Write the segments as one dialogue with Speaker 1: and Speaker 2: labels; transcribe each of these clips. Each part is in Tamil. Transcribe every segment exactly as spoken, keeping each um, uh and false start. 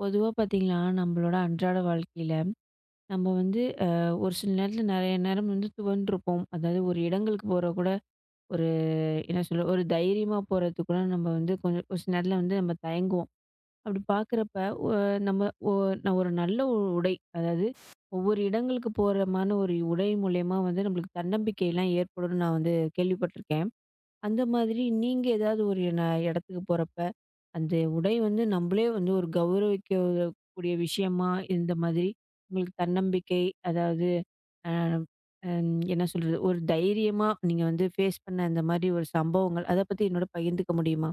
Speaker 1: பொதுவா பார்த்தீங்கன்னா, நம்மளோட அன்றாட வாழ்க்கையில, நம்ம வந்து அ ஒரு சில நேரத்தில நெறைய நேரம் வந்து துவண்டுருப்போம். அதாவது ஒரு இடங்களுக்கு போற கூட ஒரு என்ன சொல்ல, ஒரு தைரியமா போறதுக்கு கூட நம்ம வந்து கொஞ்சம் ஒரு சில நேரத்தில வந்து நம்ம தயங்குவோம். அப்படி பார்க்குறப்ப ஒ நம்ம ஒ நான் ஒரு நல்ல ஒரு உடை, அதாவது ஒவ்வொரு இடங்களுக்கு போறமான ஒரு உடை மூலியமா வந்து நம்மளுக்கு தன்னம்பிக்கைலாம் ஏற்படும்னு நான் வந்து கேள்விப்பட்டுருக்கேன். அந்த மாதிரி நீங்க ஏதாவது ஒரு ந இடத்துக்கு போறப்ப, அந்த உடை வந்து நம்பளே வந்து ஒரு கௌரவிக்க கூடிய விஷயமா இந்த மாதிரி உங்களுக்கு தன்னம்பிக்கை, அதாவது அ அம் என்ன சொல்றது? ஒரு தைரியமா நீங்க வந்து ஃபேஸ் பண்ண அந்த மாதிரி ஒரு சம்பவங்கள், அத பத்தி என்னோட பகிர்ந்துக்க முடியுமா?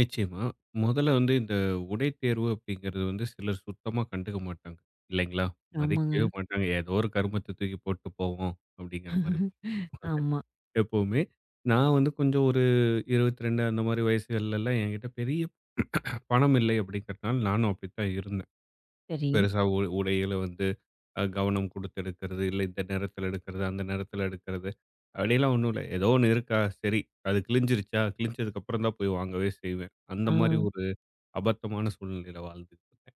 Speaker 2: நிச்சயமா. முதல்ல வந்து இந்த உடை தேர்வு அப்படிங்கிறது வந்து சிலர் சுத்தமா கண்டுக்க மாட்டாங்க. இல்லைங்களா?
Speaker 1: ஆமாங்க.
Speaker 2: மதிக்கவே மாட்டாங்க. ஏதோ ஒரு கருமத்த தூக்கி போட்டு போவோம் அப்படிங்கிற மாரி போட்டுருப்பாங்க
Speaker 1: ஆமா.
Speaker 2: எப்பவுமே. நான் வந்து கொஞ்சம் ஒரு இருபத்தி இரண்டு அந்த மாரி வயசுகள்லலாம் என்கிட்ட பெரிய பணம் இல்லை அப்படிங்கிறதுனால நானும் அப்படித்தான் இருந்தேன்.
Speaker 1: சரி.
Speaker 2: பெருசா உ உடைகள வந்து அ கவனம் குடுத்து எடுக்கிறது, இல்ல இந்த நேரத்துல எடுக்கிறது, அந்த நேரத்துல எடுக்கிறது. அப்படியெல்லாம் ஒண்ணும் இல்ல. ஏதோ ஒண்ணு இருக்கா, சரி அது கிழிஞ்சிருச்சா, கிழிஞ்சதுக்கப்புறம் தான் போய் வாங்கவே செய்வேன். அந்த
Speaker 1: ஆ.
Speaker 2: மாரி ஒரு அபத்தமான சூழ்நிலையில வாழ்ந்துட்டு இருந்தேன்.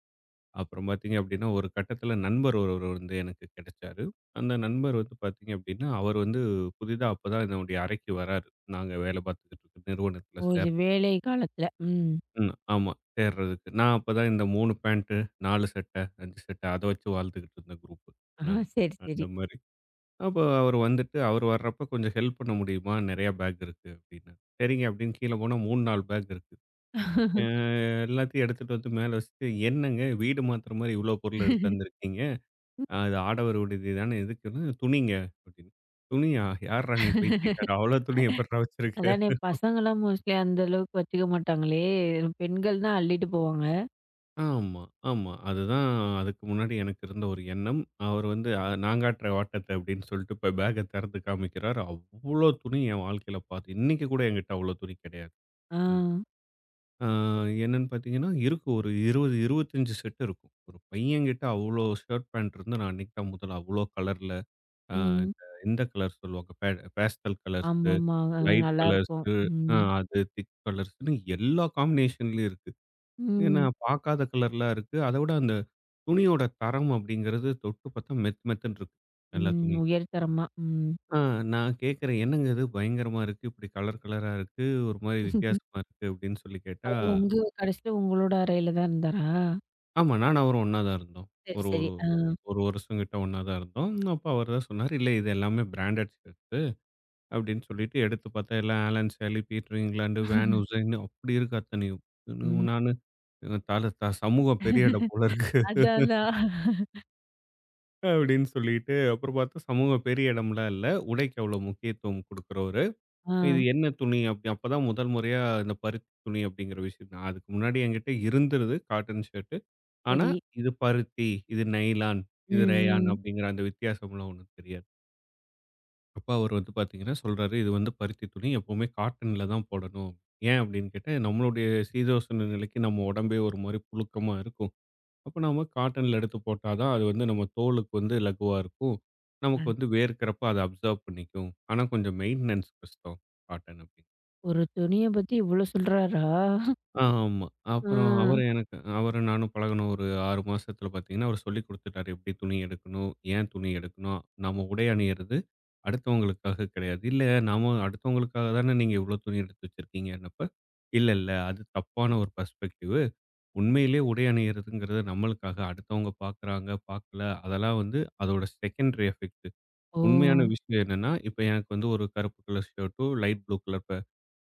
Speaker 2: அப்புறம் பார்த்தீங்க அப்படின்னா, ஒரு கட்டத்துல நண்பர் ஒருவர் வந்து எனக்கு கிடைச்சாரு. அந்த நண்பர் வந்து பார்த்தீங்க அப்படின்னா, அவர் வந்து புதிதா அப்பதான் என்னுடைய அறைக்கு வராரு. நாங்க வேலை பார்த்துக்கிட்டு இருக்க நிறுவனத்துல
Speaker 1: ஓ! இது
Speaker 2: சேர்
Speaker 1: வேலை காலத்துல. ம்.
Speaker 2: ம். ஆமா சேர்றதுக்கு. நான் அப்பதான் இந்த மூன்று பேண்ட், நான்கு சட்டை, ஐந்து சட்டை அத வச்சு வாழ்ந்துகிட்டு இருந்த குரூப்
Speaker 1: ஆ
Speaker 2: நானு.
Speaker 1: சரி,
Speaker 2: அந்த
Speaker 1: சரி.
Speaker 2: மாரி. அப்போ அவரு வந்துட்டு, அவரு வர்றப்ப கொஞ்சம் ஹெல்ப் பண்ண முடியுமா? நெறையா பேக் இருக்கு அப்டின்னாரு. சரிங்க அப்படின்னு கீழ போனா மூன்று, நான்கு பேக் இருக்கு. அ எல்லாத்தையும் எடுத்துட்டு வந்து மேல வச்சுட்டு, என்னங்க வீடு மாத்துற மாரி இவ்ளோ பொருள் எடுத்து வந்திருக்கீங்க?
Speaker 1: ம்.
Speaker 2: அது ஆடவர் விடுதி தானே எதுக்குன்னு, துணிங்க அப்படின்னு. துணியா? யார்றா நீ பைத்தியக்கார? அவ்ளோ துணி எப்புட்றா வச்சிருக்க?
Speaker 1: அதானே பசங்கலாம் மோஸ்ட்லி அந்த அளவுக்கு வச்சுக்க மாட்டாங்களே! பெண்கள் தான் அள்ளிட்டு போவாங்க.
Speaker 2: ஆமா, ஆமா. அதுதான் அதுக்கு முன்னாடி எனக்கு இருந்த ஒரு எண்ணம். அவரு வந்து அ நான் காட்டுறேன் வாட்டத்த அப்படின்னு சொல்லிட்டு இப்ப பேக்க தெறந்து காமிக்கிறாரு. அவ்ளோ துணி என் வாழ்க்கையில பாத்து இன்னைக்கு கூட என்கிட்ட அவ்ளோ துணி கெடையாது.
Speaker 1: ஆ.
Speaker 2: ம். ஆ என்னன்னு பார்த்தீங்கன்னா, இருக்கும் ஒரு இருபது, இருபத்தி ஐந்து செட் இருக்கும். ஒரு பையன்கிட்ட அவ்ளோ ஷர்ட், பேண்ட் இருந்து நான் அன்னைக்கு தான் முதல்ல அவ்ளோ கலர்ல ஆ
Speaker 1: ம்.
Speaker 2: இந்த இந்த கலர் சொல்லுவாங்க. பே பேஸ்டல் கலர்ஸு,
Speaker 1: ஆமாமா. அ
Speaker 2: லைட்
Speaker 1: நல்லாருக்கும்.
Speaker 2: கலர்ஸு, ஆ
Speaker 1: ம்.
Speaker 2: அது திக் கலர்ஸ்ன்னு எல்லா காம்பினேஷன்லயும் இருக்கு. ஏன்னா
Speaker 1: ம்.
Speaker 2: பார்க்காத கலர்லாம் இருக்கு. அத விட அந்த துணியோட தரம் அப்படிங்கிறது தொட்டு பார்த்தா மெத் மெத்துன்னு இருக்கு. எல்லா
Speaker 1: ம்.
Speaker 2: துணியும்.
Speaker 1: உயர்தரமா. ம்.
Speaker 2: ஆ நான் கேட்கிறேன், "என்னங்க இது பயங்கரமா இருக்கு. இப்படி கலர் கலரா இருக்கு. ஒரு மாரி வித்தியாசமா இருக்கு." அப்படின்னு சொல்லி கேட்டா
Speaker 1: அவரு உங்க கடைசியில உங்களோட அறையில தான் இருந்தாரா?
Speaker 2: ஆமா. நானும் அவரும் ஒண்ணா தான் இருந்தோம்.
Speaker 1: சரி,
Speaker 2: ஒரு
Speaker 1: சரி.
Speaker 2: ஒரு
Speaker 1: ஆ.
Speaker 2: ஒரு வருஷம் கிட்ட ஒண்ணா தான் இருந்தோம். அப்ப அவர் தான் சொன்னாரு, "இல்ல இது எல்லாமே பிராண்டட் ஷர்ட்ஸு" அப்படின்னு சொல்லிட்டு எடுத்து பார்த்தா எல்லாம் Allen Solly, Peter England, Van Heusen அப்படி இருக்கு அத்தனையும்.
Speaker 1: ம்.
Speaker 2: நானு தல த சமூகம் பெரிய இடம் போல இருக்கு
Speaker 1: அதான், அதான்.
Speaker 2: அப்படின்னு சொல்லிட்டு, அப்புறம் பார்த்தா சமூகம் பெரிய இடம்லாம் இல்ல. உடைக்கு அவ்வளோ முக்கியத்துவம் குடுக்குறவரு.
Speaker 1: ஆ.
Speaker 2: இது என்ன துணி அப்படி அப்பதான் முதல் முறையா இந்த பருத்தி துணி அப்படிங்கிற விஷயம். நான் அதுக்கு முன்னாடி என்கிட்ட இருந்தது காட்டன் ஷர்ட். ஆனா,
Speaker 1: சரி.
Speaker 2: இது பருத்தி, இது நைலான்,
Speaker 1: ம்,
Speaker 2: இது ரேயான்
Speaker 1: ம்.
Speaker 2: அப்படிங்கிற அந்த வித்தியாசம்லாம் ஒண்ணும் தெரியாது. அப்ப அவரு வந்து பாத்தீங்கன்னா சொல்றாரு, "இது வந்து பருத்தி துணி. எப்பவுமே காட்டன்ல தான் போடணும்." ஏன் அப்படின்னு கேட்டா, நம்மளுடைய சீதோஷண நிலைக்கு நம்ம உடம்பே ஒரு மாரி புழுக்கமா இருக்கும். அப்ப நாம காட்டன்ல எடுத்து போட்டா தான் அது வந்து நம்ம தோலுக்கு வந்து இலகுவா இருக்கும். நமக்கு
Speaker 1: அன்
Speaker 2: வந்து வேர்க்கிறப்ப அத அப்சர்வ் பண்ணிக்கும். ஆனா கொஞ்சம் மெயின்டனன்ஸ் கஷ்டம் காட்டன் அப்படின்னு.
Speaker 1: ஒரு துணிய பத்தி இவ்ளோ சொல்றாரா?
Speaker 2: ஆமா.
Speaker 1: ஆ.
Speaker 2: அப்புறம் அவரு எனக்கு அவரும் நானும் பழகுனோம் ஒரு ஆறு மாசத்துல பார்த்தீங்கன்னா, அவரு சொல்லிக் குடுத்துட்டாரு. எப்படி துணி எடுக்கணும்? ஏன் துணி எடுக்கணும்? நம்ம உடை அணியிறது அடுத்தவங்களுக்காக கிடையாது. இல்ல நாம அடுத்தவங்களுக்காக தானே நீங்க இவ்ளோ துணி எடுத்து வச்சிருக்கீங்கன்னப்ப, இல்ல இல்ல அது தப்பான ஒரு பெர்ஸ்பெக்டிவு. உண்மையிலே உடை அணியிறதுங்கிறது நம்மளுக்காக. அடுத்தவங்க பார்க்குறாங்க, பார்க்கல அதெல்லாம் வந்து அதோட செகண்டரி எஃபெக்ட்.
Speaker 1: ஓ!
Speaker 2: உண்மையான விஷயம் என்னன்னா, இப்ப எனக்கு வந்து ஒரு கருப்பு கலர் ஷர்ட்டும், லைட் ப்ளூ கலர் ப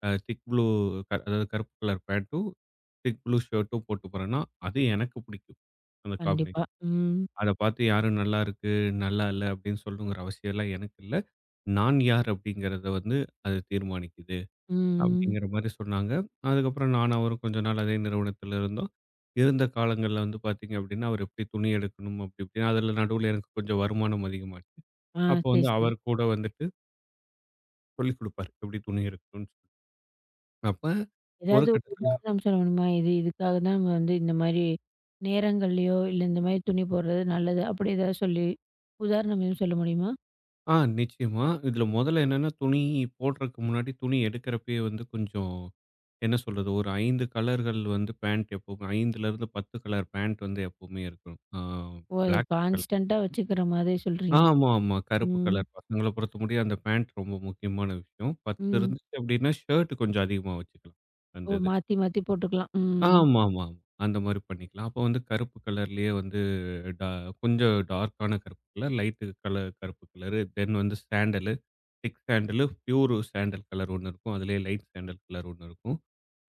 Speaker 2: அ திக் ப்ளூ க அதாவது கருப்பு கலர் பேண்ட்டும், திக் ப்ளூ ஷர்ட்டும் போட்டு போறேன்னா, அது எனக்கு பிடிக்கும். அந்த
Speaker 1: கண்டிப்பா.
Speaker 2: காம்பினேஷன்.
Speaker 1: ம்.
Speaker 2: அத பார்த்து யாரும் நல்லா இருக்கு, நல்லா இல்ல அப்படின்னு சொல்லணுங்கிற அவசியம் எல்லாம் எனக்கு இல்ல. நான் யார் அப்படிங்கிறத வந்து அது தீர்மானிக்குது.
Speaker 1: ம். ம்.
Speaker 2: அப்படிங்கிற மாரி சொன்னாங்க. அதுக்கப்புறம் நானும் அவரும் கொஞ்ச நாள் அதே நிறுவனத்தில இருந்தோம். இருந்த காலங்கள்ல வந்து பார்த்தீங்க அப்படின்னா, அவர் எப்படி துணி எடுக்கணும் அப்படி இப்படின்னு அதில நடுவுல எனக்கு கொஞ்சம் வருமானம் அதிகமாச்சு.
Speaker 1: ஆ.
Speaker 2: அப்போ
Speaker 1: சரி,
Speaker 2: வந்து
Speaker 1: சரி.
Speaker 2: அவர் கூட வந்து சொல்லிக் குடுப்பாரு. எப்படி துணி எடுக்கணும்னு சொல்லி. அப்ப ஒரு
Speaker 1: ஏதாவது ஒரு
Speaker 2: கட்டத்துல
Speaker 1: உதாரணம் சொல்ல முடியுமா? இது இதுக்காக தான் நம்ம வந்து இந்த மாரி நேரங்கள்லயோ, இல்ல இந்த மாரி துணி போடுறது நல்லது. அப்படி ஏதாவது சொல்லி உதாரணம் எதுவும் சொல்ல முடியுமா?
Speaker 2: ஆ நிச்சயமா. இதுல மொதல்ல என்னன்னா, துணி போடுறதுக்கு முன்னாடி துணி எடுக்கிறப்பயே வந்து கொஞ்சம் என்ன சொல்றது, ஒரு ஐந்து கலர்கள் வந்து பேண்ட் எப்பவுமே 5லேருந்து பத்து கலர் பேண்ட் வந்து எப்பவுமே இருக்கும். ஆ
Speaker 1: ஓ!
Speaker 2: பிளாக் கலர்
Speaker 1: கான்ஸ்டன்ட்டா வச்சுக்கிற மாதிரி சொல்றீங்க.
Speaker 2: ஆமா, ஆமா. கருப்பு
Speaker 1: ம்.
Speaker 2: கலர் பசங்கள பொறுத்தமுடிய அந்த பேண்ட் ரொம்ப முக்கியமான விஷயம். பத்து
Speaker 1: ம்.
Speaker 2: இருந்துச்சு அப்படின்னா, ஷர்ட் கொஞ்சம் அதிகமா வச்சுக்கலாம். அந்த
Speaker 1: ஓ!
Speaker 2: இது.
Speaker 1: மாத்தி மாத்தி போட்டுக்கலாம். ம்.
Speaker 2: ஆமாமா. அந்த மாரி பண்ணிக்கலாம். அப்ப வந்து கருப்பு கலர்லயே வந்து டா கொஞ்சம் டார்க்கான கருப்பு கலர், லைட்டு கலர் கருப்பு கலரு, தென் வந்து sandal, thick sandal, pure sandal colour ஒண்ணு இருக்கும். அதிலேயே லைட் சாண்டல் கலர் ஒண்ணு இருக்கும்.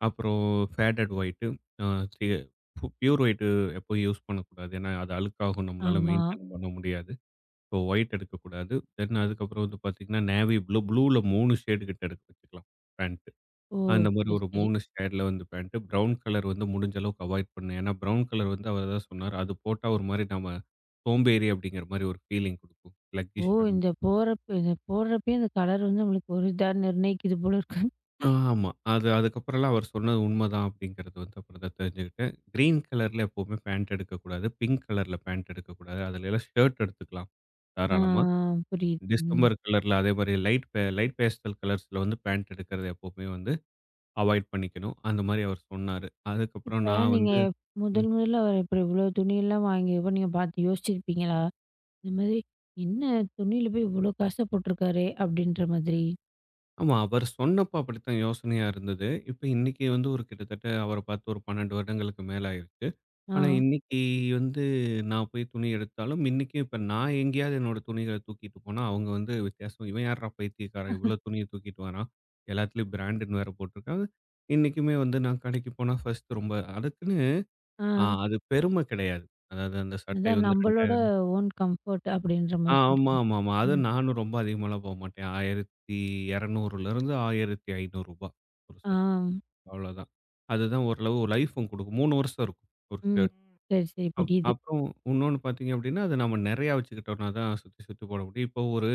Speaker 2: அப்புறம் ஃபேடட் ஒயிட்டு, அ சி பு பியூர் ஒயிட்டு எப்பயும் யூஸ் பண்ணக்கூடாது. ஏன்னா, அது அழுக்காகும். நம்மளால
Speaker 1: ஆமா.
Speaker 2: மெயின்டெயின் பண்ண முடியாது. ஸோ ஒயிட் எடுக்கக்கூடாது. தென் அதுக்கப்புறம் வந்து பார்த்தீங்கன்னா, நேவி ப்ளூ. ப்ளூல மூன்று ஷேடு கிட்ட எடுத்து வச்சுக்கலாம், பேண்ட்.
Speaker 1: ஓ!
Speaker 2: அந்த மாரி
Speaker 1: சரி,
Speaker 2: ஒரு
Speaker 1: சரி.
Speaker 2: மூன்று ஷேட்ல வந்து பேண்ட். பிரவுன் கலர் வந்து முடிஞ்ச அளவுக்கு அவாய்ட் பண்ணேன். ஏன்னா, பிரவுன் கலர் வந்து அவர் தான் சொன்னாரு. அது போட்டா ஒரு மாரி நாம சோம்பேறி அப்படிங்கிற மாரி ஒரு ஃபீலிங் குடுக்கும்.
Speaker 1: ஓ!
Speaker 2: ஸ்லக்கிஷ்ஷான
Speaker 1: இந்த போறப்ப இந்த போடுறப்பயே இந்த கலர் வந்து நம்மளுக்கு ஒரு இதா நிர்ணயிக்குது போல இருக்கு.
Speaker 2: ஆமா. அது அதுக்கப்புறம்லாம் அவர் சொன்னது உண்மதான் அப்படிங்கிறது வந்து அப்புறம் தான் தெரிஞ்சுக்கிட்டேன். கிரீன் கலர்ல எப்பவுமே பேண்ட் எடுக்கக்கூடாது. பிங்க் கலர்ல பேண்ட் எடுக்கக்கூடாது. அதுல எல்லாம் ஷர்ட் எடுத்துக்கலாம்
Speaker 1: ஆ, ஆ.
Speaker 2: தாராளமா.
Speaker 1: புரியுது. ம்.
Speaker 2: டிசம்பர் கலர்ல அதே மாரி லைட் பே லைட் பேஸ்டல் கலர்ஸ்ல வந்து பேண்ட் எடுக்கிறத எப்பவுமே வந்து அவாய்ட் பண்ணிக்கணும். அந்த மாரி அவர் சொன்னாரு. அதுக்கப்புறம்
Speaker 1: இப்ப
Speaker 2: நான்
Speaker 1: நீங்க
Speaker 2: வந்து
Speaker 1: முதல்
Speaker 2: ம்.
Speaker 1: முதல்ல அவர் இப்படி இவ்வளோ துணியெல்லாம் வாங்கியப்போ நீங்க பார்த்து யோசிச்சிருப்பீங்களா? இந்த மாதிரி, "என்ன துணியில போய் இவ்ளோ காச போட்டுருக்காரே!" அப்படின்ற மாதிரி.
Speaker 2: ஆமா. அவர் சொன்னப்ப அப்படித்தான் யோசனையா இருந்தது. இப்ப இன்னைக்கு வந்து ஒரு கிட்டத்தட்ட அவர பார்த்து ஒரு பன்னிரண்டு வருடங்களுக்கு மேல ஆயிருச்சு.
Speaker 1: ஆ,
Speaker 2: ஆனா இன்னைக்கு வந்து நான் போய் துணி எடுத்தாலும், இன்னைக்கும் இப்ப நான் எங்கேயாவது என்னோட துணிகள தூக்கிட்டு போனா, அவங்க வந்து வித்தியாசமா, "இவன் யார்றா பைத்தியக்காரன் இவ்ளோ துணிய தூக்கிட்டு வரான். எல்லாத்துலயும் பிராண்டுன்னு வேற போட்டிருக்காங்க." இன்னைக்குமே வந்து நான் கடைக்கு போனா ஃபர்ஸ்ட் ரொம்ப அதுக்குன்னு
Speaker 1: ஆ.
Speaker 2: அ அது பெருமை கிடையாது. அதாவது அந்த சட்டை
Speaker 1: அதான்
Speaker 2: வந்து
Speaker 1: நம்பளோட
Speaker 2: இரண்டாயிரம்
Speaker 1: ஓன் கம்ஃபோர்ட் அப்படின்ற
Speaker 2: ஆ,
Speaker 1: மாரி
Speaker 2: ஆமா,
Speaker 1: சொல்றீங்க.
Speaker 2: ஆமா, ஆமா.
Speaker 1: ம்.
Speaker 2: அதுவும் நானும் ரொம்ப அதிகமாலாம் போமாட்டேன். ரூ. 1200லேருந்து ரூ. ஆயிரத்தி ஐநூறு ஒரு
Speaker 1: ஆ.
Speaker 2: சட்டை. அவ்வளோதான். அதுதான் ஓரளவு லைஃபும் குடுக்கும். மூன்று வருஷம் இருக்கும் ஒரு
Speaker 1: ம்.
Speaker 2: ஷர்ட்.
Speaker 1: சரி, சரி.
Speaker 2: அப்
Speaker 1: புரியுது.
Speaker 2: அப்புறம் இன்னொன்னு பார்த்தீங்க அப்படின்னா, அது நம்ம நெறையா வச்சுக்கிட்டோம்னா தான் சுத்தி சுத்தி போட முடியும். இப்போ ஒரு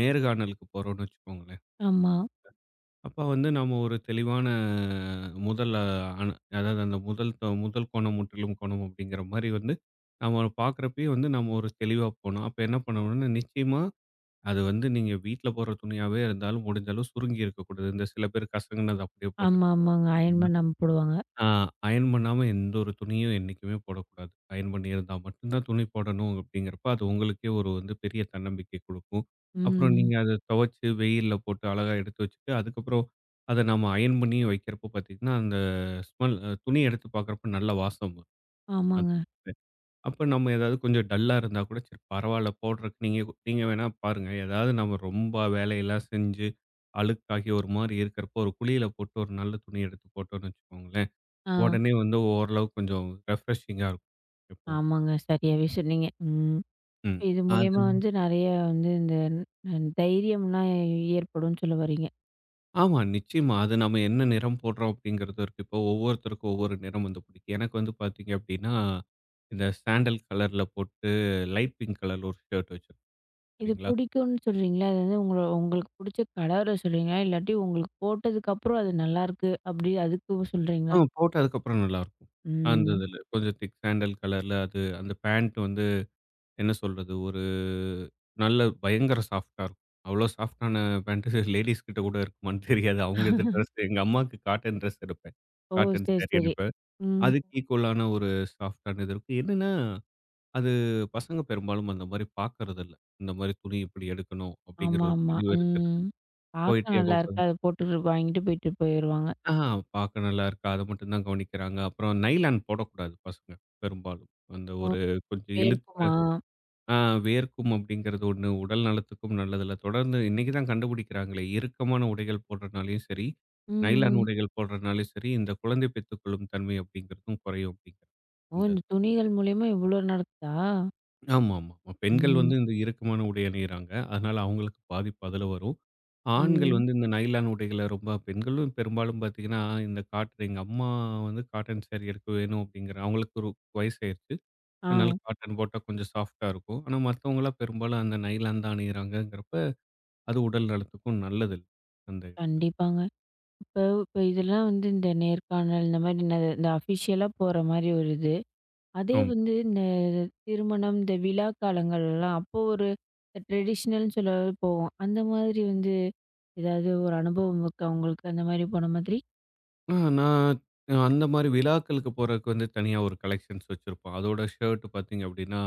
Speaker 2: நேர்காணலுக்கு போறோம்னு வச்சுக்கோங்களேன்.
Speaker 1: ஆமா.
Speaker 2: அப்ப வந்து நம்ம ஒரு தெளிவான முதல் அனு அதாவது அந்த முதல் த- முதல் கோணம் முற்றிலும் கோணம் அப்படிங்கிற மாரி வந்து, நம்ம பார்க்குறப்பயே வந்து நம்ம ஒரு தெளிவா போணும். அப்ப என்ன பண்ணணும்னா நிச்சயமா அது வந்து நீங்க வீட்ல போடுற துணியாவே இருந்தாலும், முடிஞ்ச அளவு சுருங்கி இருக்கக்கூடாது. இந்த சில பேர் கசங்குனத அப்படியே போட்டுட்டு
Speaker 1: ஆமா,
Speaker 2: போவாங்க.
Speaker 1: ஆமாங்க. அயர்ன் பண்ணாம போடுவாங்க.
Speaker 2: ஆ அயர்ன் பண்ணாம எந்த ஒரு துணியும் என்னைக்குமே போடக்கூடாது. அயர்ன் பண்ணியிருந்தா மட்டும் தான் துணி போடணும் அப்படிங்கிறப்ப, அது உங்களுக்கே ஒரு வந்து பெரிய தன்னம்பிக்கை குடுக்கும். அப்புறம்
Speaker 1: ம்.
Speaker 2: நீங்க அத துவைச்சு வெயில்ல போட்டு அழகா எடுத்து வச்சுட்டு, அதுக்கப்புறம் அத நம்ம அயர்ன் பண்ணி வைக்கிறப்போ பார்த்தீங்கன்னா, அந்த ஸ்மெல் துணி எடுத்து பார்க்குறப்ப நல்ல வாசம் வரும்.
Speaker 1: ஆமாங்க.
Speaker 2: அப்ப நம்ம ஏதாவது கொஞ்சம் டல்லா இருந்தா கூட சரி பரவால்ல போடுறதுக்கு நீங்க நீங்க வேணா பாருங்க. ஏதாவது நம்ம ரொம்ப வேலையெல்லாம் செஞ்சு, அழுக்காகி ஒரு மாரி இருக்கிறப்போ, ஒரு குளியல போட்டு ஒரு நல்ல துணி எடுத்து போட்டோம்னு வச்சுக்கோங்களேன்.
Speaker 1: ஆ.
Speaker 2: உடனே வந்து ஓரளவு கொஞ்சம் ரெஃப்ரெஷிங்கா இருக்கும் எப்பவுமே.
Speaker 1: ஆமாங்க. சரியாவே சொன்னீங்க. ம்.
Speaker 2: ம்.
Speaker 1: இது
Speaker 2: அது
Speaker 1: மூலியமா வந்து நெறைய வந்து இந்த ந- தைரியம்லாம் ஏற்படும்னு சொல்ல வர்றீங்க.
Speaker 2: ஆமா நிச்சயமா. அது நம்ம என்ன நிறம் போடுறோம் அப்படிங்கிறதும் இருக்கு. இப்போ ஒவ்வொருத்தருக்கும் ஒவ்வொரு நிறம் வந்து பிடிக்கும். எனக்கு வந்து பார்த்தீங்க அப்படின்னா, இந்த சாண்டல் கலர்ல போட்டு லைட் பிங்க் கலர்ல ஒரு ஷர்ட் வச்சிருப்பேன்
Speaker 1: இது
Speaker 2: சரிங்களா?
Speaker 1: பிடிக்கும்னு சொல்றீங்களா? அது வந்து உங்கள உங்களுக்கு பிடிச்ச கலர சொல்றீங்களா? இல்லாட்டி உங்களுக்கு போட்டதுக்கு அப்புறம் அது நல்லாருக்கு அப்படி அதுக்கு
Speaker 2: ஆ
Speaker 1: சொல்றீங்களா?
Speaker 2: போட்டதுக்கப்புறம் நல்லாருக்கும். அந்த
Speaker 1: ம்.
Speaker 2: இதுல. கொஞ்சம் திக் சாண்டல் கலர்ல அது அந்த பேண்ட் வந்து என்ன சொல்றது? ஒரு நல்ல பயங்கர சாஃப்ட்டா இருக்கும். அவ்ளோ சாஃப்ட்டான பேண்ட்டு லேடீஸ் கிட்ட கூட இருக்குமான்னு தெரியாது. அவங்க இது ட்ரெஸ் எங்க அம்மாவுக்கு காட்டன் ட்ரெஸ் எடுப்பேன்.
Speaker 1: ஓ!
Speaker 2: காட்டன்
Speaker 1: சரி,
Speaker 2: சாரி
Speaker 1: சரி.
Speaker 2: எடுப்பேன்.
Speaker 1: ம்.
Speaker 2: அதுக்கு ஈக்குவலான ஒரு சாஃப்ட்டான இது இருக்கும். என்னன்னா, அது பசங்க பெரும்பாலும் அந்த மாரி பார்க்கறதில்ல. இந்த மாரி துணி இப்படி எடுக்கணும் அப்படிங்கிற
Speaker 1: ஆமா,
Speaker 2: ஒரு
Speaker 1: ஆமா.
Speaker 2: தெளிவு இருக்கிறது.
Speaker 1: ம்.
Speaker 2: போயிட்டு
Speaker 1: பார்க்க
Speaker 2: எப்ப
Speaker 1: நல்லாருக்கு.
Speaker 2: பாத்தாலும்
Speaker 1: அத போட்டுட்டு வாங்கிட்டு போயிட்டு போயிருவாங்க.
Speaker 2: ஆஹா, பார்க்க நல்லா இருக்கா, அத மட்டும் தான் கவனிக்கிறாங்க. அப்புறம் நைலான் போடக்கூடாது பசங்க, பெரும்பாலும். அந்த
Speaker 1: ஓ!
Speaker 2: ஒரு கொஞ்சம் இழுத்த
Speaker 1: போயிருக்குமா?
Speaker 2: ஆ வேர்க்கும் அப்படிங்கிறது ஒண்ணு, உடல் நலத்துக்கும் நல்லதில்ல. தொடர்ந்து இன்னைக்கு தான் கண்டுபிடிக்கிறாங்களே, இறுக்கமான உடைகள் போடுறதுனாலயும் சரி, நைலான்
Speaker 1: ம்.
Speaker 2: உடைகள் போடுறதுனாலயும் சரி, இந்த குழந்தை பெத்துக்கொள்ளும் தன்மை அப்படிங்கிறதும் குறையும் அப்படிங்கிறாங்க.
Speaker 1: ஓ!
Speaker 2: இந்த
Speaker 1: இந்த துணிகள் மூலியமா இவ்ளோ நடக்குதா?
Speaker 2: ஆமாமா. பெண்கள்
Speaker 1: ம்.
Speaker 2: வந்து இந்த இறுக்கமான உடை அணியிறாங்க. அதனால அவங்களுக்கு பாதிப்பு அதுல வரும். ஆண்கள்
Speaker 1: ம்.
Speaker 2: வந்து இந்த நைலான் உடைகள ரொம்ப பெண்களும் பெரும்பாலும் பாத்தீங்கன்னா, இந்த காட்டன் எங்க அம்மா வந்து காட்டன் சாரி எனக்கு வேணும் அப்படிங்கிற அவங்களுக்கு ஒரு வயசாயிருச்சு.
Speaker 1: ஆ.
Speaker 2: அதனால காட்டன் போட்டா கொஞ்சம் சாஃப்ட்டா இருக்கும். ஆனா மத்தவங்கலாம் பெரும்பாலும் அந்த நைலான் தான் அணியிறாங்கங்கிறப்ப, அது உடல் நலத்துக்கும் நல்லதில்ல. அந்த இடத்துல.
Speaker 1: கண்டிப்பாங்க. இப்போ இப்ப இதெல்லாம் வந்து இந்த நேர்காணல் இந்த மாரி இந்த அஃபிஷியலா போற மாரி ஒரு இது. அதே
Speaker 2: ஆமா.
Speaker 1: வந்து இந்த திருமணம், இந்த விழா காலங்கள்லாம் அப்போ ஒரு ட்ரெடிஷ்னல்ன்னு சொல்ல போவோம். அந்த மாதிரி வந்து ஏதாவது ஒரு அனுபவம் இருக்கா உங்களுக்கு? அந்த மாதிரி போன மாதிரி?
Speaker 2: ஆ நான் அந்த மாரி விழாக்களுக்கு போறதுக்கு வந்து தனியா ஒரு கலெக்ஷன்ஸ் வச்சிருப்போம். அதோட ஷர்ட் பார்த்தீங்க அப்படின்னா,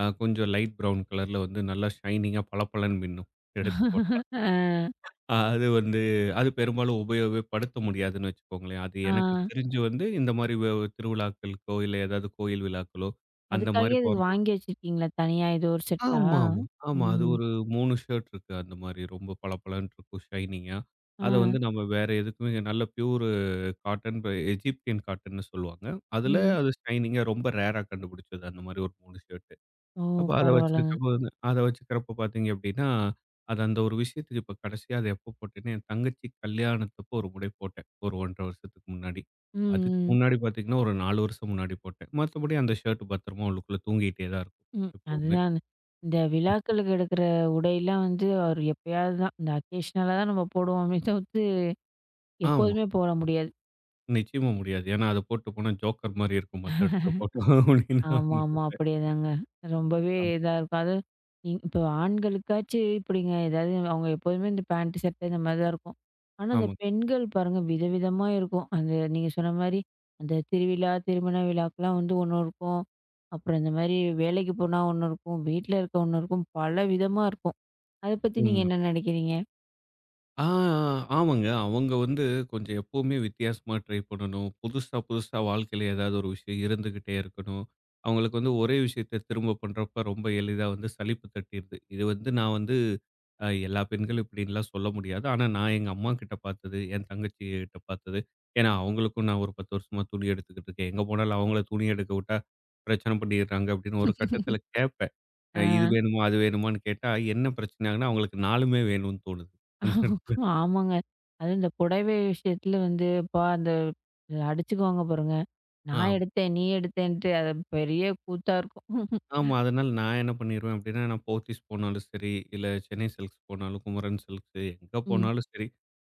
Speaker 2: அ கொஞ்சம் லைட் பிரவுன் கலர்ல வந்து நல்லா ஷைனிங்கா பளபளன்னு மின்னும் எடுத்து போட்டா.
Speaker 1: ஆ,
Speaker 2: ஆ, அது வந்து அது பெரும்பாலும் உபயோகப்படுத்த முடியாதுன்னு வச்சுக்கோங்களேன். அது
Speaker 1: ஆ.
Speaker 2: எனக்கு தெரிஞ்சு வந்து இந்த மாரி வ திருவிழாக்களுக்கோ, இல்ல ஏதாவது கோயில் விழாக்களோ அந்த மாரி
Speaker 1: அதுக்காகவே இது
Speaker 2: போற
Speaker 1: வாங்கி வச்சிருக்கீங்களா? தனியா ஏதோ ஒரு செட்டா?
Speaker 2: ஆமா, ஆமா. ஆமா. அது
Speaker 1: ம்.
Speaker 2: ஒரு மூன்று ஷர்ட் இருக்கு. அந்த மாரி ரொம்ப பளபளன்னு இருக்கும் ஷைனிங்கா.
Speaker 1: ஆ.
Speaker 2: அத வந்து நம்ம வேற எதுக்குமே இங்க நல்ல பியூர் காட்டன் ப எஜிப்தியன் காட்டன்னு சொல்லுவாங்க. அதுல
Speaker 1: ம்.
Speaker 2: அது ஷைனிங்கா ரொம்ப ரேரா கண்டுபிடிச்சது. அந்த மாரி ஒரு மூன்று ஷர்ட்.
Speaker 1: ஓ!
Speaker 2: அப்ப அத
Speaker 1: பரவால்லங்க.
Speaker 2: வச்சிருக்கப்போ அத வச்சுக்கிறப்போ பார்த்தீங்க அப்டின்னா, அது அந்த ஒரு விஷயத்துக்கு இப்ப கடைசியா அது எப்போ போட்டேன்னா, என் தங்கச்சி கல்யாணத்தப்போ ஒரு முறை போட்டேன். ஒரு ஒன்று அரை வருஷத்துக்கு முன்னாடி.
Speaker 1: ம்,
Speaker 2: அதுக்கு
Speaker 1: ம்.
Speaker 2: முன்னாடி பார்த்தீங்கன்னா, ஒரு நான்கு வருஷம் முன்னாடி போட்டேன். மத்தபடி அந்த ஷர்ட் பத்திரமா உள்ளுக்குள்ள தூங்கிட்டே தான் இருக்கும்
Speaker 1: ம்.
Speaker 2: எப்பவுமே.
Speaker 1: அதுதான். இந்த விழாக்களுக்கு எடுக்கிற உடையெல்லாம் வந்து, ஒரு எப்பயாவது தான். இந்த அக்கேஷனலா தான் நம்ம போடுவோமே தவிர்த்து,
Speaker 2: ஆமா.
Speaker 1: எப்போதுமே போட முடியாது.
Speaker 2: நிச்சயமா முடியாது. ஏன்னா, அத போட்டு போனா ஜோக்கர் மாரி இருக்கும். மத்த இடத்துல போட்டோம் அப்டின்னா.
Speaker 1: ஆமா, ஆமா. அப்படியேதாங்க. ரொம்பவே
Speaker 2: ஆமா.
Speaker 1: இதா இருக்கும். அதுவும் இ இப்போ ஆண்களுக்காச்சு இப்படிங்க. ஏதாவது அவங்க எப்போதுமே இந்த பேண்ட், சட்டை இந்த மாதிரி தான் இருக்கும். ஆனா, அந்த
Speaker 2: ஆமா.
Speaker 1: பெண்கள் பாருங்க விதவிதமா இருக்கும். அந்த நீங்க சொன்ன மாரி, அந்த திருவிழா, திருமண விழாக்கெல்லாம் வந்து ஒண்ணு இருக்கும். அப்புறம் இந்த மாரி வேலைக்கு போனா ஒண்ணு இருக்கும். வீட்ல இருக்க ஒண்ணு இருக்கும். பல விதமா இருக்கும். அத பத்தி நீங்க
Speaker 2: உண்ம.
Speaker 1: என்ன நினைக்கிறீங்க?
Speaker 2: ஆ, ஆமாங்க. அவங்க வந்து கொஞ்சம் எப்பவுமே வித்தியாசமா ட்ரை பண்ணணும். புதுசா, புதுசா வாழ்க்கையில ஏதாவது ஒரு விஷயம் இருந்துகிட்டே இருக்கணும். அவங்களுக்கு வந்து ஒரே விஷயத்த திரும்ப பண்றப்ப ரொம்ப எளிதா வந்து சலிப்பு தட்டிருது. இது வந்து நான் வந்து அ எல்லா பெண்களும் இப்படின்லாம் சொல்ல முடியாது. ஆனா நான் எங்க அம்மாகிட்ட பார்த்தது, என் தங்கச்சிகிட்ட பார்த்தது. ஏன்னா அவங்களுக்கும் நான் ஒரு பத்து வருஷமா துணி எடுத்துக்கிட்டு இருக்கேன். எங்க போனாலும் அவங்கள துணி எடுக்க விட்டா பிரச்சனை பண்ணிடுறாங்க அப்படின்னு ஒரு கட்டத்தில கேட்பேன். அ
Speaker 1: ஆ.
Speaker 2: இது வேணுமா? அது வேணுமான்னு கேட்டா என்ன பிரச்சனை ஆகுதுன்னா, அவங்களுக்கு 4மே வேணும்னு தோணுது. அந்த இடத்துல.
Speaker 1: ஆமாங்க. அதுவும் இந்த புடவை விஷயத்துல வந்து, அப்பா அந்த அடிச்சுக்குவாங்க பாருங்க. நான்
Speaker 2: ஆம்.
Speaker 1: எடுத்தேன், நீ எடுத்தேன்ட்டு அது பெரிய கூத்தா இருக்கும்.
Speaker 2: ஆமா. அதனால நான் என்ன பண்ணிருவேன் அப்டின்னா, நான் போத்தீஸ் போனாலும் சரி, இல்ல சென்னை சில்க்ஸ் போனாலும், குமரன் சில்க்ஸு எங்க
Speaker 1: ம்,
Speaker 2: போனாலும் சரி,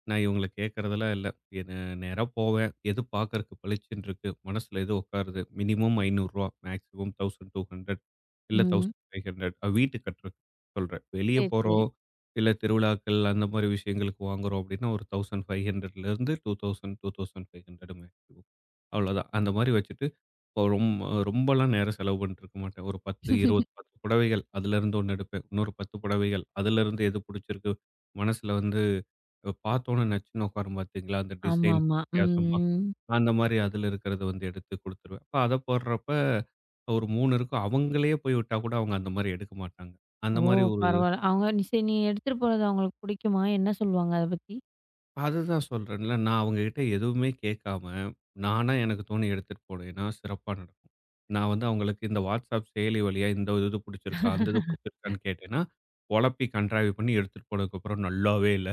Speaker 2: நான் இவங்கள கேட்கறதெல்லாம் இல்ல. என்ன நேரா போவேன். எது பார்க்கறக்கு பளிச்சுன்னு இருக்கு. மனசுல எது உட்காருது. மினிமம் ரூ. ஐநூறு மேக்ஸிமம் ஆயிரத்தி இருநூறு இல்ல
Speaker 1: ம்.
Speaker 2: ஆயிரத்தி ஐநூறு அ வீட்டு கட்டுறக்கு சொல்றேன். வெளிய
Speaker 1: சரி, சரி.
Speaker 2: போறோம், இல்ல திருவிழாக்கள் அந்த மாரி விஷயங்களுக்கு வாங்குறோம் அப்டின்னா, ஒரு ஆயிரத்தி ஐநூறு இருந்து இரண்டாயிரம், இரண்டாயிரத்தி ஐநூறு மேக்ஸிமம் அவ்வளோதான். அந்த மாரி வச்சுட்டு ரொம்ப ரொம்பலாம் நேரம் செலவு பண்ணிட்டு இருக்க மாட்டேன். ஒரு பத்து, இருபது, பத்து புடவைகள். அதுலருந்து ஒன்று எடுப்பேன். இன்னொரு பத்து புடவைகள். அதுலருந்து எது புடிச்சிருக்கு, மனசுல வந்து பார்த்தோனே நச்சுன்னு உட்காரும் பார்த்தீங்களா, அந்த டிசைன்ஸ்
Speaker 1: ஆமாமா. ம்,
Speaker 2: வித்தியாசமா,
Speaker 1: ம்.
Speaker 2: அந்த மாரி அதுல இருக்கிறத வந்து எடுத்து குடுத்துருவேன். அப்ப அத போடுறப்ப ஒரு மூன்று இருக்கும். அவங்களே போய் விட்டா கூட அவங்க அந்த மாரி எடுக்க மாட்டாங்க. அந்த
Speaker 1: ஓ!
Speaker 2: மாரி ஒரு
Speaker 1: பரவால்ல. அவங்க நீ சரி நீ எடுத்துட்டு போறது அவங்களுக்கு புடிக்குமா? என்ன சொல்லுவாங்க அத பத்தி?
Speaker 2: அதுதான் சொல்றேன்ல. நான் அவங்ககிட்ட எதுவுமே கேட்காம, நானா எனக்கு தோணி எடுத்துட்டு போனேன்னா சிறப்பா நடக்கும். நான் வந்து அவங்களுக்கு இந்த WhatsApp செயலி வழியா இந்த இது புடிச்சிருக்கா? அந்த இது புடிச்சிருக்கான்னு கேட்டேன்னா, ஒழப்பி கண்ட்ராவி பண்ணி எடுத்துட்டு போனதுக்கப்புறம் நல்லாவே இல்ல.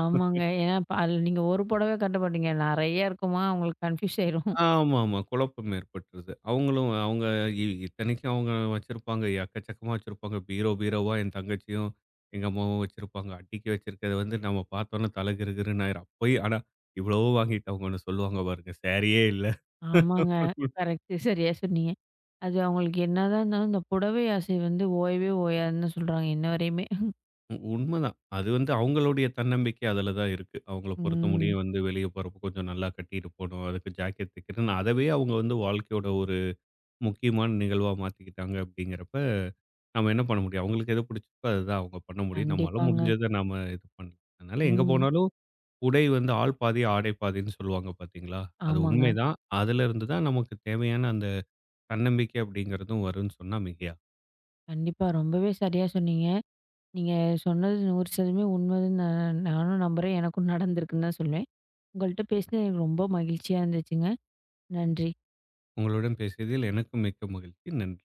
Speaker 1: ஆமாங்க. ஏன்னா, ப அதுல நீங்க ஒரு புடவ கட்ட மாட்டீங்க. நெறைய இருக்குமா அவங்களுக்கு கன்ஃப்யூஸ் ஆயிரும்.
Speaker 2: ஆமாமா. குழப்பம் ஏற்பட்டுருது. அவங்களும் அவங்க இ இத்தனைக்கும் அவங்க வச்சிருப்பாங்க. எக்கச்சக்கமா வச்சிருப்பாங்க. பீரோ, பீரோவா என் தங்கச்சியும், எங்க அம்மாவும் வச்சிருப்பாங்க. அட்டிக்கு வச்சிருக்கறது வந்து நம்ம பார்த்தோன்னே தல கிறுகிறுன்னு ஆயிரும். அப்பயும் ஆனா இவ்வளவோ வாங்கிட்டு அவங்க ஒண்ணு சொல்லுவாங்க பாருங்க, "சாரியே இல்ல."
Speaker 1: ஆமாங்க. கரெக்ட்டு. சரியா சொன்னீங்க. அது அவங்களுக்கு என்னதான் இருந்தாலும், இந்த புடவை ஆசை வந்து ஓயவே ஓயாதுன்னு தான் சொல்றாங்க, இன்ன வரையுமே.
Speaker 2: உண்மதான். அது வந்து அவங்களுடைய தன்னம்பிக்கை அதுல தான் இருக்கு. அவங்கள பொறுத்த
Speaker 1: ம்.
Speaker 2: முடியும் வந்து வெளிய போறப்போ கொஞ்சம் நல்லா கட்டிட்டு போணும். அதுக்கு ஜாக்கெட் தைக்கிறேன்னு, அதவே அவங்க வந்து வாழ்க்கையோட ஒரு முக்கியமான நிகழ்வா மாத்திக்கிட்டாங்க அப்படிங்கிறப்ப, நம்ம என்ன பண்ண முடியும்? அவங்களுக்கு எது பிடிச்சிருக்கோ அதுதான் அவங்க பண்ண முடியும். நம்மால
Speaker 1: கண்டிப்பாங்க.
Speaker 2: முடிஞ்சத நாம இது பண்ணலாம். அதனால எங்க
Speaker 1: ம்.
Speaker 2: போனாலும் உடை வந்து ஆள் பாதி, ஆடை பாதின்னு சொல்லுவாங்க பார்த்தீங்களா? அது
Speaker 1: ஆமாங்க.
Speaker 2: உண்மைதான். அதிலிருந்து தான் நமக்கு தேவையான அந்த தன்னம்பிக்கை அப்படிங்கிறதும் வரும்ன்னு சொன்னா மிகையா.
Speaker 1: கண்டிப்பா. ரொம்பவே சரியா சொன்னீங்க. நீங்க சொன்னது நூறு சதவீதம் உண்மைன்னு நான் நானும் நம்புறேன். எனக்கும் நடந்திருக்குன்னு தான் சொல்லுவேன். உங்கள்ட்ட பேசினது எனக்கு ரொம்ப மகிழ்ச்சியா இருந்துச்சுங்க. நன்றி.
Speaker 2: உங்களுடன் பேசியதில் எனக்கும் மிக்க மகிழ்ச்சி. நன்றி.